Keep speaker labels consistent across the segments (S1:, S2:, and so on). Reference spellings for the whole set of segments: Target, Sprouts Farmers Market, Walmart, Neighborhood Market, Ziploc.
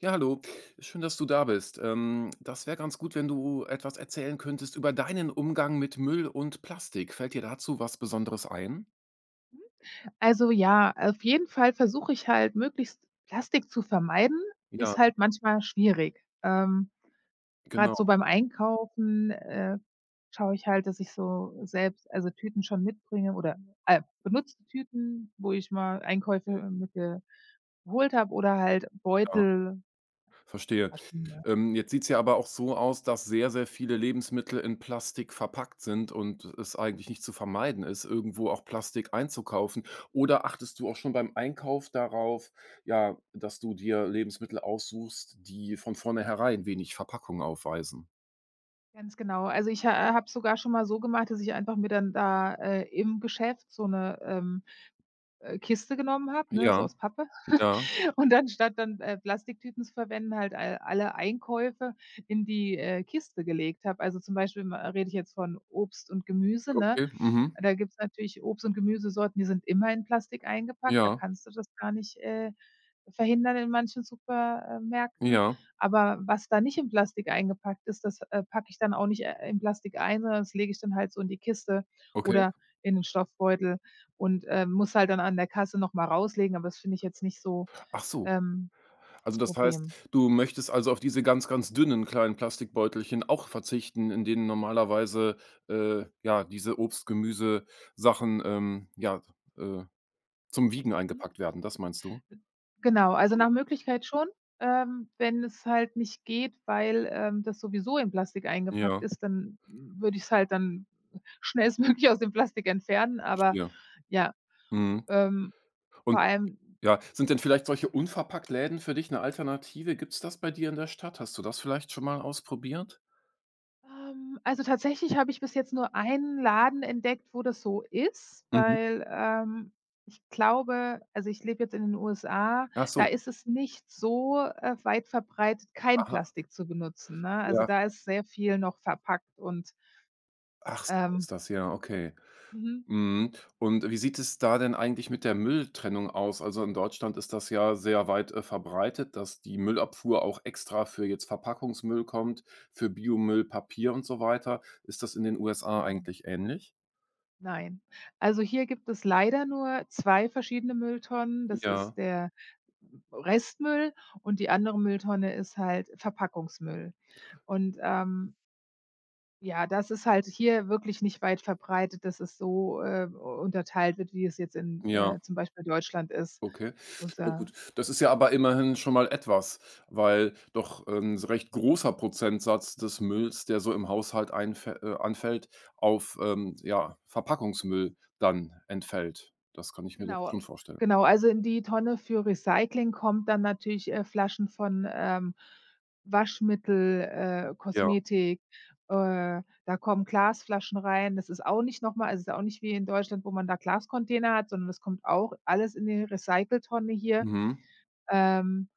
S1: Ja, hallo. Schön, dass du da bist. Das wäre ganz gut, wenn du etwas erzählen könntest über deinen Umgang mit Müll und Plastik. Fällt dir dazu was Besonderes ein?
S2: Also ja, auf jeden Fall versuche ich halt, möglichst Plastik zu vermeiden,
S1: Ja,
S2: ist halt manchmal schwierig. Grad so
S1: genau,
S2: beim Einkaufen, schaue ich halt, dass ich so selbst also Tüten schon mitbringe oder, benutzte Tüten, wo ich mal Einkäufe mitgeholt habe oder halt
S1: ja,
S2: Beutel,
S1: verstehe.
S2: Taschen, ja.
S1: Jetzt sieht's ja aber auch so aus, dass sehr, sehr viele Lebensmittel in Plastik verpackt sind und es eigentlich nicht zu vermeiden ist, irgendwo auch Plastik einzukaufen. Oder achtest du auch schon beim Einkauf darauf, ja, dass du dir Lebensmittel aussuchst, die von vornherein wenig Verpackung aufweisen?
S2: Ganz genau. Also ich habe sogar schon mal so gemacht, dass ich einfach mir dann da, im Geschäft so eine Kiste genommen habe, ne, so
S1: Ja,
S2: aus Pappe.
S1: ja.
S2: Und dann statt dann, Plastiktüten zu verwenden, halt alle Einkäufe in die, Kiste gelegt habe. Also, zum Beispiel ma rede ich jetzt von Obst und Gemüse, ne?
S1: Okay, mhm.
S2: Da gibt's natürlich Obst und Gemüsesorten, die sind immer in Plastik eingepackt. Da
S1: Ja,
S2: kannst du das gar nicht, verhindern in manchen Supermärkten.
S1: ja,
S2: Aber was da nicht in Plastik eingepackt ist, das, packe ich dann auch nicht, in Plastik ein, sondern das lege ich dann halt so in die Kiste
S1: okay.
S2: oder in den Stoffbeutel und, muss halt dann an der Kasse noch mal rauslegen, aber das finde ich jetzt nicht so
S1: Ach so.
S2: ähm,
S1: Also,
S2: das
S1: das heißt,
S2: Problem.
S1: du möchtest also auf diese ganz, ganz dünnen kleinen Plastikbeutelchen auch verzichten, in denen normalerweise, ja, diese Obst, Gemüsesachen, ja, äh, zum Wiegen
S2: Mhm.
S1: eingepackt werden. Das meinst du?
S2: Genau, also nach Möglichkeit schon, wenn es halt nicht geht, weil, das sowieso in Plastik eingepackt
S1: Ja,
S2: ist, dann würde ich es halt dann schnellstmöglich aus dem Plastik entfernen, aber
S1: verstehe.
S2: ja,
S1: Mhm.
S2: ähm, vor
S1: Und
S2: allem.
S1: ja, sind denn vielleicht solche Unverpacktläden für dich eine Alternative? Gibt's das bei dir in der Stadt? Hast du das vielleicht schon mal ausprobiert?
S2: Also tatsächlich habe ich bis jetzt nur einen Laden entdeckt, wo das so ist,
S1: Mhm.
S2: weil, ich glaube, also ich lebe jetzt in den USA,
S1: Ach
S2: da
S1: so.
S2: ist es nicht so, weit verbreitet, kein
S1: Aha.
S2: Plastik zu benutzen, ne? Also,
S1: Ja.
S2: da ist sehr viel noch verpackt und,
S1: Ach, so
S2: ähm
S1: ist das, ja, okay.
S2: mhm,
S1: Mhm. Und wie sieht es da denn eigentlich mit der Mülltrennung aus? Also, in Deutschland ist das ja sehr weit, verbreitet, dass die Müllabfuhr auch extra für jetzt Verpackungsmüll kommt, für Biomüll, Papier und so weiter. Ist das in den USA
S2: genau,
S1: eigentlich ähnlich?
S2: nein. Also, hier gibt es leider nur 2 verschiedene Mülltonnen. Das
S1: Ja,
S2: ist der Restmüll und die andere Mülltonne ist halt Verpackungsmüll. Und, ähm Ja, das ist halt hier wirklich nicht weit verbreitet, dass es so, unterteilt wird, wie es jetzt in,
S1: ja,
S2: zum Beispiel Deutschland ist,
S1: okay.
S2: wo's
S1: Ja
S2: ja
S1: gut, das ist ja aber immerhin schon mal etwas, weil doch 'n recht großer Prozentsatz des Mülls, der so im Haushalt einfä anfällt, auf, ja, Verpackungsmüll dann entfällt. Das kann ich mir doch
S2: genau,
S1: schon vorstellen.
S2: genau. Also, in die Tonne für Recycling kommt dann natürlich, Flaschen von, Waschmittel,
S1: Ja,
S2: Kosmetik, da kommen Glasflaschen rein. Das ist auch nicht noch mal also, ist auch nicht wie in Deutschland, wo man da Glascontainer hat, sondern das kommt auch alles in die Recycltonne hier.
S1: mhm.
S2: Ähm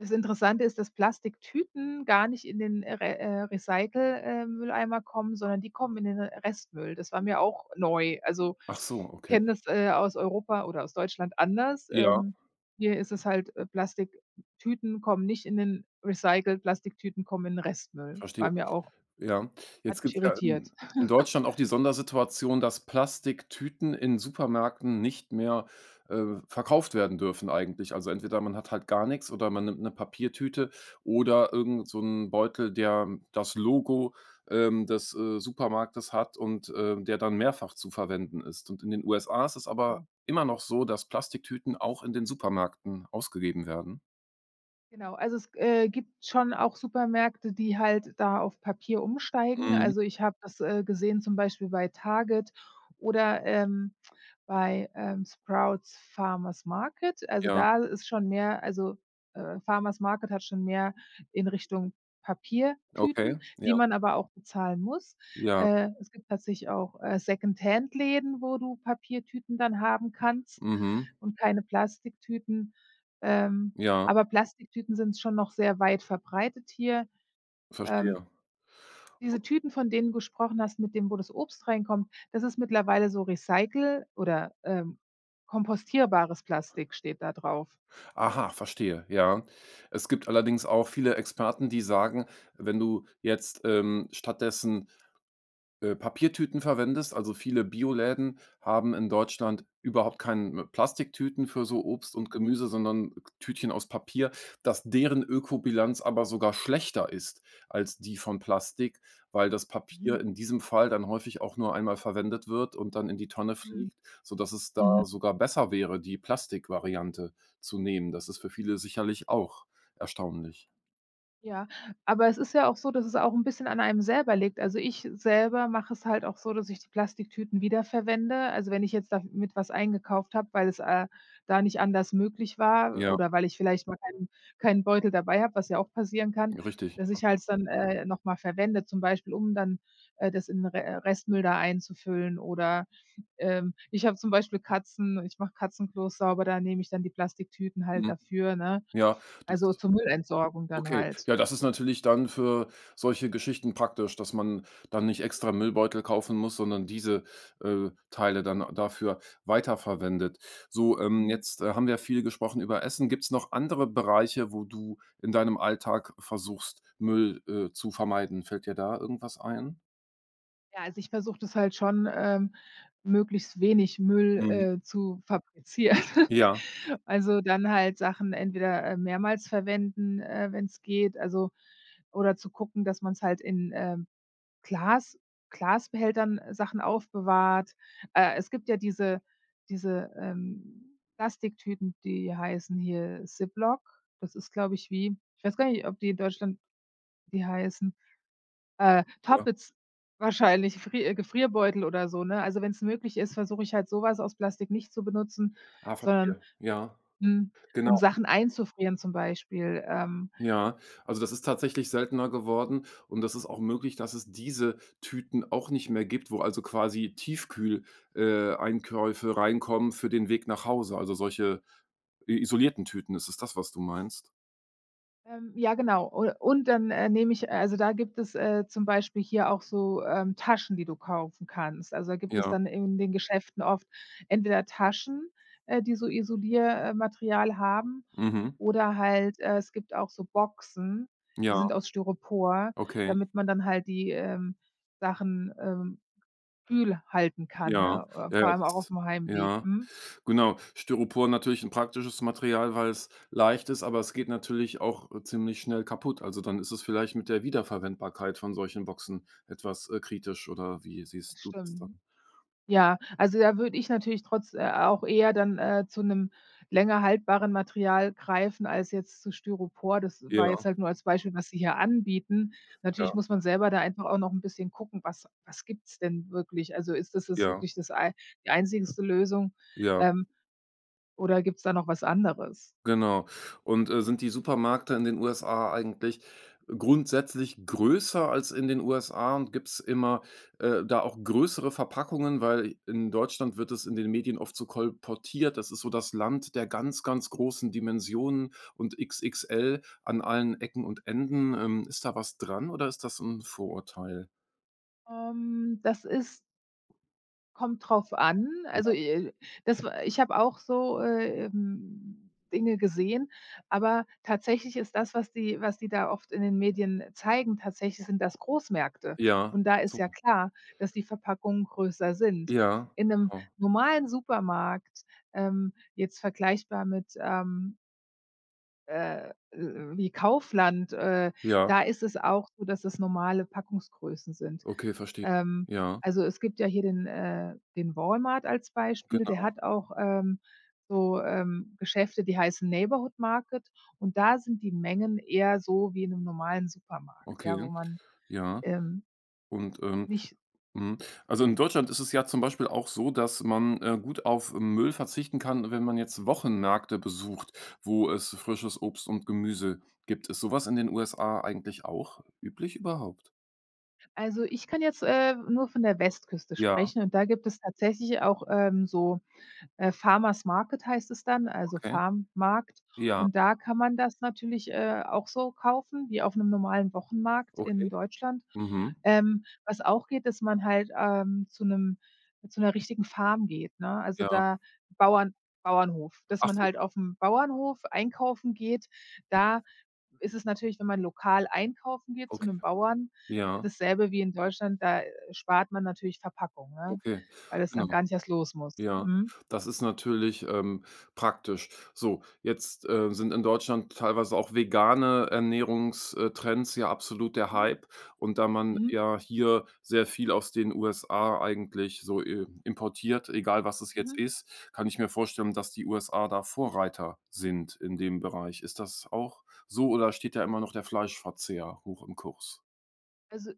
S2: Das Interessante ist, dass Plastiktüten gar nicht in den Re Recycle Mülleimer kommen, sondern die kommen in den Restmüll. Das war mir auch neu. Also,
S1: Ach so, okay.
S2: kenne das, aus Europa oder aus Deutschland anders.
S1: Ja,
S2: Hier ist es halt, Plastiktüten kommen nicht in den Recycle, Plastiktüten kommen in den Restmüll.
S1: verstehe.
S2: War mir auch
S1: Ja. Jetzt
S2: hat mich
S1: gibt's ja
S2: irritiert.
S1: in Deutschland auch die Sondersituation, dass Plastiktüten in Supermärkten nicht mehr, verkauft werden dürfen eigentlich. Also, entweder man hat halt gar nichts oder man nimmt eine Papiertüte oder irgend so einen Beutel, der das Logo, des, Supermarktes hat und, der dann mehrfach zu verwenden ist. Und in den USA ist es aber
S2: Genau.
S1: immer noch so, dass Plastiktüten auch in den Supermärkten ausgegeben werden.
S2: Genau, also es, gibt schon auch Supermärkte, die halt da auf Papier umsteigen.
S1: Mhm,
S2: Also, ich habe das, gesehen, zum Beispiel bei Target oder, bei, Sprouts Farmers Market. Also,
S1: ja.
S2: da ist schon mehr also, Farmers Market hat schon mehr in Richtung
S1: Okay,
S2: Papiertüten, die
S1: ja,
S2: man aber auch bezahlen muss.
S1: ja,
S2: Es gibt tatsächlich auch, läden wo du Papiertüten dann haben kannst
S1: mhm,
S2: und keine Plastiktüten. Ähm
S1: ja,
S2: aber Plastiktüten sind schon noch sehr weit verbreitet hier. Ähm,
S1: verstehe.
S2: Diese Tüten, von denen du gesprochen hast, mit dem wo das Obst reinkommt, das ist mittlerweile so recycle oder, kompostierbares Plastik steht da drauf.
S1: Aha, verstehe, ja. Es gibt allerdings auch viele Experten, die sagen, wenn du jetzt, stattdessen Papiertüten verwendest. Also, viele Bioläden haben in Deutschland überhaupt keine Plastiktüten für so Obst und
S2: Mhm,
S1: Gemüse, sondern Tütchen aus Papier, dass deren Ökobilanz aber sogar schlechter ist als die von Plastik, weil das Papier
S2: mhm,
S1: in diesem Fall dann häufig auch nur einmal verwendet wird und dann in die Tonne
S2: mhm,
S1: fliegt, sodass es da
S2: mhm.
S1: sogar besser wäre, die Plastikvariante zu nehmen. Das ist für viele sicherlich auch erstaunlich.
S2: Ja, aber es ist ja auch so, dass es auch ein bisschen an einem selber liegt. Also, ich selber mache es halt auch so, dass ich die Plastiktüten wiederverwende. Also, wenn ich jetzt damit was eingekauft habe, weil es, da nicht anders möglich war
S1: Ja,
S2: oder weil ich vielleicht mal keinen Beutel dabei habe, was ja auch passieren kann,
S1: richtig.
S2: dass ich halt dann, noch mal verwende, zum Beispiel, um dann, das in Re Restmüll da einzufüllen oder, ich habe zum Beispiel Katzen ich mache Katzenklos sauber, da nehme ich dann die Plastiktüten halt
S1: Mhm.
S2: dafür, ne?
S1: Ja,
S2: Also,
S1: das
S2: zur Müllentsorgung dann
S1: Okay,
S2: halt.
S1: ja, das ist natürlich dann für solche Geschichten praktisch, dass man dann nicht extra Müllbeutel kaufen muss, sondern diese, Teile dann dafür weiterverwendet. So,
S2: Mhm.
S1: jetzt, haben wir viel gesprochen über Essen. Gibt es noch andere Bereiche, wo du in deinem Alltag versuchst, Müll, zu vermeiden? Fällt dir da irgendwas ein?
S2: Ja, also ich versuche das halt schon, möglichst wenig Müll,
S1: Mhm.
S2: zu fabrizieren.
S1: Ja,
S2: Also, dann halt Sachen entweder, mehrmals verwenden, wenn es geht, also oder zu gucken, dass man es halt in, Glas Glasbehältern Sachen aufbewahrt. Es gibt ja diese, Plastiktüten, die heißen hier Ziploc. Das ist, glaube ich, wie ich weiß gar nicht, ob die in Deutschland die heißen.
S1: ja.
S2: Toppets wahrscheinlich, Fri Gefrierbeutel oder so, ne? Also, wenn's möglich ist, versuche ich halt so was aus Plastik nicht zu benutzen,
S1: Ah,
S2: sondern,
S1: verstehe. Ja,
S2: hm, um
S1: genau.
S2: Sachen einzufrieren zum Beispiel.
S1: Ja, also das ist tatsächlich seltener geworden und das ist auch möglich, dass es diese Tüten auch nicht mehr gibt, wo also quasi Tiefkühl Einkäufe reinkommen für den Weg nach Hause. Also solche i isolierten Tüten, ist es das, was du meinst?
S2: Ja, genau. U Und dann, nehme ich also, da gibt es, zum Beispiel hier auch so, Taschen, die du kaufen kannst. Also, da gibt es
S1: Ja,
S2: dann in den Geschäften oft entweder Taschen, die so Isolier Material haben.
S1: mhm.
S2: Oder halt, es gibt auch so Boxen, die
S1: Ja,
S2: sind aus Styropor,
S1: okay.
S2: damit man dann halt die, Sachen, kühl halten kann,
S1: Ja,
S2: ne,
S1: ja, ja,
S2: vor allem
S1: das
S2: auch
S1: ist,
S2: aufm Heimweg.
S1: ja.
S2: Mhm,
S1: Genau, Styropor natürlich ein praktisches Material, weil es leicht ist, aber es geht natürlich auch, ziemlich schnell kaputt. Also, dann ist es vielleicht mit der Wiederverwendbarkeit von solchen Boxen etwas, kritisch oder wie siehst
S2: das
S1: du das dann?
S2: stimmt. Ja, also da würde ich natürlich trotz auch eher dann, zu 'nem länger haltbaren Material greifen als jetzt zu Styropor. Das war jetzt
S1: Ja,
S2: halt nur als Beispiel, was sie hier anbieten. Natürlich
S1: ja,
S2: muss man selber da einfach auch noch 'n bisschen gucken, was gibt's denn wirklich? Also, ist das jetzt
S1: ja,
S2: wirklich das ei die einzigste Lösung?
S1: ja.
S2: Ähm, Oder gibt's da noch was anderes?
S1: Genau. Und, sind die Supermärkte in den USA eigentlich grundsätzlich größer als in den USA und gibt's immer, da auch größere Verpackungen? Weil in Deutschland wird es in den Medien oft so kolportiert, das ist so das Land der ganz, ganz großen Dimensionen und XXL an allen Ecken und Enden. Ist da was dran oder ist das ein Vorurteil?
S2: Das ist kommt drauf an. Also,
S1: Ja.
S2: das wa ich habe auch so, Dinge gesehen, aber tatsächlich ist das, was die da oft in den Medien zeigen, tatsächlich sind das Großmärkte.
S1: Ja.
S2: Und da ist
S1: So.
S2: ja klar, dass die Verpackungen größer sind.
S1: Ja,
S2: In 'nem
S1: genau.
S2: normalen Supermarkt, jetzt vergleichbar mit wie Kaufland,
S1: Ja,
S2: da ist es auch so, dass es normale Packungsgrößen sind.
S1: okay, verstehe.
S2: Ähm,
S1: Ja,
S2: also, es gibt ja hier den, den Walmart als Beispiel, der
S1: genau,
S2: hat auch, so, Geschäfte, die heißen Neighborhood Market und da sind die Mengen eher so wie in einem normalen Supermarkt, ja,
S1: okay,
S2: wo man,
S1: ja.
S2: ähm,
S1: Und.
S2: nicht
S1: Mhm. Also, in Deutschland ist es ja zum Beispiel auch so, dass man, gut auf Müll verzichten kann, wenn man jetzt Wochenmärkte besucht, wo es frisches Obst und Gemüse gibt. Ist sowas in den USA eigentlich auch üblich überhaupt?
S2: also, ich kann jetzt, nur von der Westküste
S1: Ja,
S2: sprechen und da gibt es tatsächlich auch, so. Farmers Market heißt es dann, also
S1: okay.
S2: Farmmarkt.
S1: Ja,
S2: Und da kann man das natürlich, auch so kaufen wie auf 'nem normalen Wochenmarkt in
S1: okay.
S2: Deutschland.
S1: Mhm.
S2: Was auch geht, dass man halt, zu 'ner richtigen Farm geht, ne? Also,
S1: Ja.
S2: da Bauern Bauernhof, dass
S1: Ach
S2: man
S1: so,
S2: halt aufm Bauernhof einkaufen geht. Da ist es natürlich, wenn man lokal einkaufen geht zu
S1: okay.
S2: 'nem Bauern,
S1: Ja,
S2: dasselbe wie in Deutschland, da, spart man natürlich Verpackung, ne,
S1: okay.
S2: weil das dann
S1: Genau.
S2: gar nicht erst los muss.
S1: Ja,
S2: Mhm.
S1: das ist natürlich, praktisch. So, jetzt, sind in Deutschland teilweise auch vegane Ernährungstrends ja absolut der
S2: Mhm.
S1: Hype. Und da man
S2: Mhm.
S1: ja hier sehr viel aus den USA eigentlich so, importiert, egal was es jetzt
S2: Mhm.
S1: ist, kann ich mir vorstellen, dass die USA da Vorreiter sind in dem Bereich. Ist das auch so oder steht da immer noch der Fleischverzehr hoch im Kurs?
S2: Also,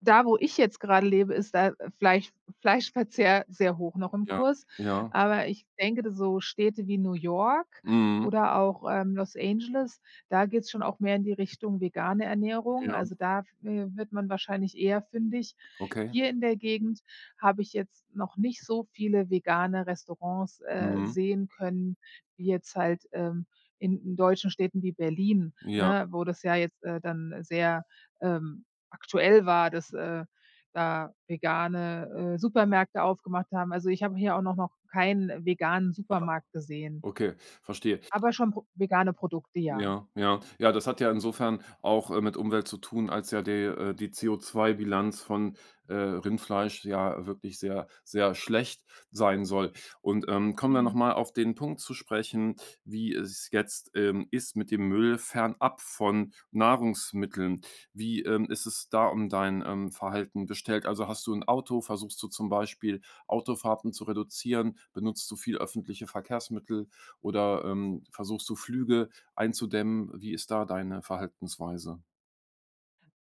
S2: da, wo ich jetzt gerade lebe, ist da Fleisch Fleischverzehr sehr hoch noch im
S1: Ja,
S2: Kurs.
S1: ja,
S2: Aber ich denke, da so Städte wie New York
S1: mhm,
S2: oder auch, Los Angeles, da geht's schon auch mehr in die Richtung vegane Ernährung.
S1: ja,
S2: Also, da wird man wahrscheinlich eher fündig.
S1: okay,
S2: Hier in der Gegend habe ich jetzt noch nicht so viele vegane Restaurants,
S1: mhm,
S2: sehen können, wie jetzt halt, in deutschen Städten wie Berlin,
S1: ja,
S2: ne, wo das ja jetzt, dann sehr, ähm aktuell war, dass, da vegane, Supermärkte aufgemacht haben. Also, ich habe hier auch noch keinen veganen Supermarkt gesehen,
S1: okay, verstehe.
S2: aber schon pro vegane Produkte, ja.
S1: Ja, ja. Ja, das hat ja insofern auch, mit Umwelt zu tun, als ja die CO2-Bilanz von, Rindfleisch ja wirklich sehr, sehr schlecht sein soll. Und, kommen wir noch
S2: Mhm.
S1: mal auf den Punkt zu sprechen, wie es jetzt, ist mit dem Müll fernab von Nahrungsmitteln. Wie, ist es da um dein, Verhalten bestellt? Also, hast du ein Auto? Versuchst du zum Beispiel Autofahrten zu reduzieren? Benutzt du viel öffentliche Verkehrsmittel oder, versuchst du Flüge? Einzudämmen. Wie ist da deine Verhaltensweise?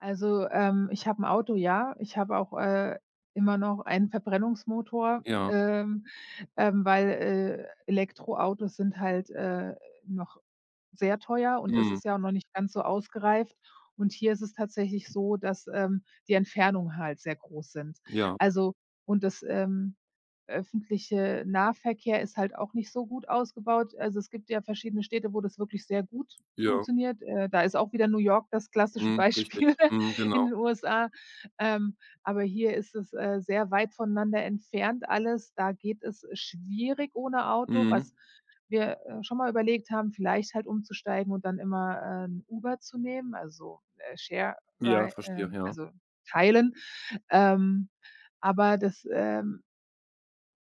S2: Also, ich habe 'n Auto, ja. Ich habe auch, immer noch einen Verbrennungsmotor,
S1: Ja,
S2: weil, Elektroautos sind halt, noch sehr teuer und es
S1: mhm,
S2: ist ja auch noch nicht ganz so ausgereift. Und hier ist es tatsächlich so, dass, die Entfernungen halt sehr groß sind.
S1: ja,
S2: Also und das, öffentliche Nahverkehr ist halt auch nicht so gut ausgebaut. Also, es gibt ja verschiedene Städte, wo das wirklich sehr gut
S1: ja,
S2: funktioniert. Da ist auch wieder New York das klassische
S1: mhm, richtig.
S2: Beispiel
S1: Mhm,
S2: in
S1: genau.
S2: den USA. Ähm, aber hier ist es, sehr weit voneinander entfernt alles. Da geht es schwierig ohne Auto,
S1: Mhm.
S2: was wir, schon mal überlegt haben, vielleicht halt umzusteigen und dann immer, 'n Uber zu nehmen, also, Share
S1: Ja,
S2: Ri
S1: verstehe, ja.
S2: also, teilen. Ähm, aber das,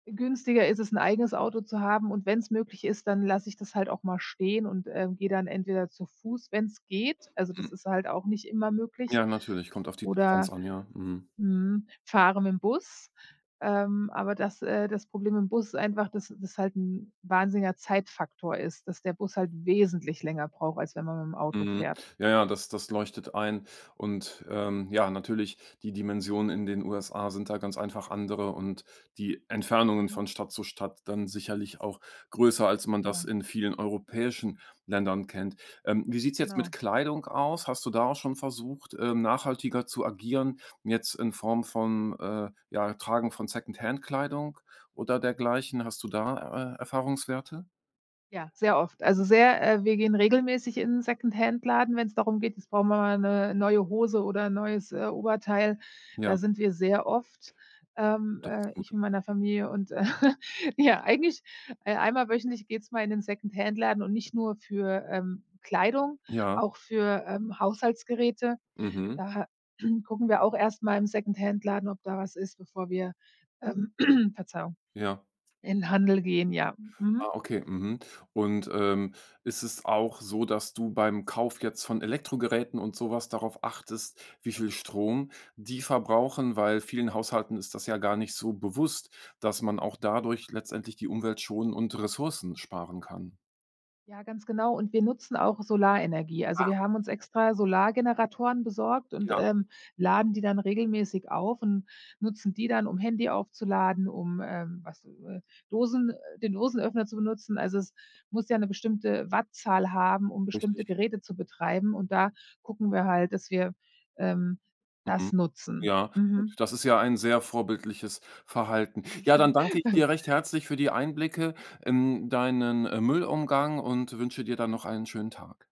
S2: günstiger ist es, 'n eigenes Auto zu haben, und wenn's möglich ist, dann lasse ich das halt auch mal stehen und, gehe dann entweder zu Fuß, wenn's geht, also, das
S1: Mhm.
S2: ist halt auch nicht immer möglich,
S1: Ja, natürlich, kommt auf die Distanz
S2: oder,
S1: an, ja. Mhm.
S2: mhm, fahre mit'm Bus. Aber das Problem im Bus ist einfach, dass das halt 'n wahnsinniger Zeitfaktor ist, dass der Bus halt wesentlich länger braucht, als wenn man mit'm Auto
S1: Mhm.
S2: fährt.
S1: Ja, ja, das das leuchtet ein. Und, ja, natürlich, die Dimensionen in den USA sind da ganz einfach andere und die Entfernungen
S2: Mhm,
S1: von Stadt zu Stadt dann sicherlich auch größer, als man das
S2: genau,
S1: in vielen europäischen Ländern kennt. Wie sieht's jetzt mit
S2: genau.
S1: Kleidung aus? Hast du da auch schon versucht, nachhaltiger zu agieren, jetzt in Form von, ja, Tragen von Secondhand-Kleidung oder dergleichen? Hast du da, Erfahrungswerte?
S2: Ja, sehr oft. Also, sehr wir gehen regelmäßig in 'n Secondhandladen, wenn's darum geht, jetzt brauchen wir mal 'ne neue Hose oder 'n neues, Oberteil.
S1: Ja,
S2: Da sind wir sehr oft,
S1: das ist gut.
S2: ich mit meiner Familie und, ja, eigentlich, einmal wöchentlich geht's mal in den Secondhand-Laden und nicht nur für, Kleidung,
S1: Ja,
S2: auch für, Haushaltsgeräte.
S1: mhm,
S2: Da gucken wir auch erst mal im Secondhand-Laden, ob da was ist, bevor wir, ähm Verzeihung,
S1: ja.
S2: in 'n Handel gehen, ja. Mhm.
S1: Ah, okay, mhm. Und, ist es auch so, dass du beim Kauf jetzt von Elektrogeräten und sowas darauf achtest, wie viel Strom die verbrauchen? Weil vielen Haushalten ist das ja gar nicht so bewusst, dass man auch dadurch letztendlich die Umwelt schonen und Ressourcen sparen kann.
S2: Ja, ganz genau. Und wir nutzen auch Solarenergie. Also,
S1: Ach
S2: wir haben uns extra Solargeneratoren besorgt und,
S1: ja,
S2: laden die dann regelmäßig auf und nutzen die dann, um Handy aufzuladen, um, was Dosen den Dosenöffner zu benutzen. Also, es muss ja eine bestimmte Wattzahl haben, um bestimmte
S1: richtig.
S2: Geräte zu betreiben. Und da gucken wir halt, dass wir, ähm,
S1: Mhm.
S2: das nutzen.
S1: Ja, gut,
S2: Mhm.
S1: das ist ja ein sehr vorbildliches Verhalten. Ja, dann danke ich dir
S2: Danke.
S1: recht herzlich für die Einblicke in deinen, Müllumgang und wünsche dir dann noch einen schönen Tag.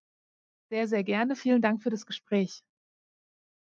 S2: Sehr, sehr gerne. Vielen Dank für das Gespräch.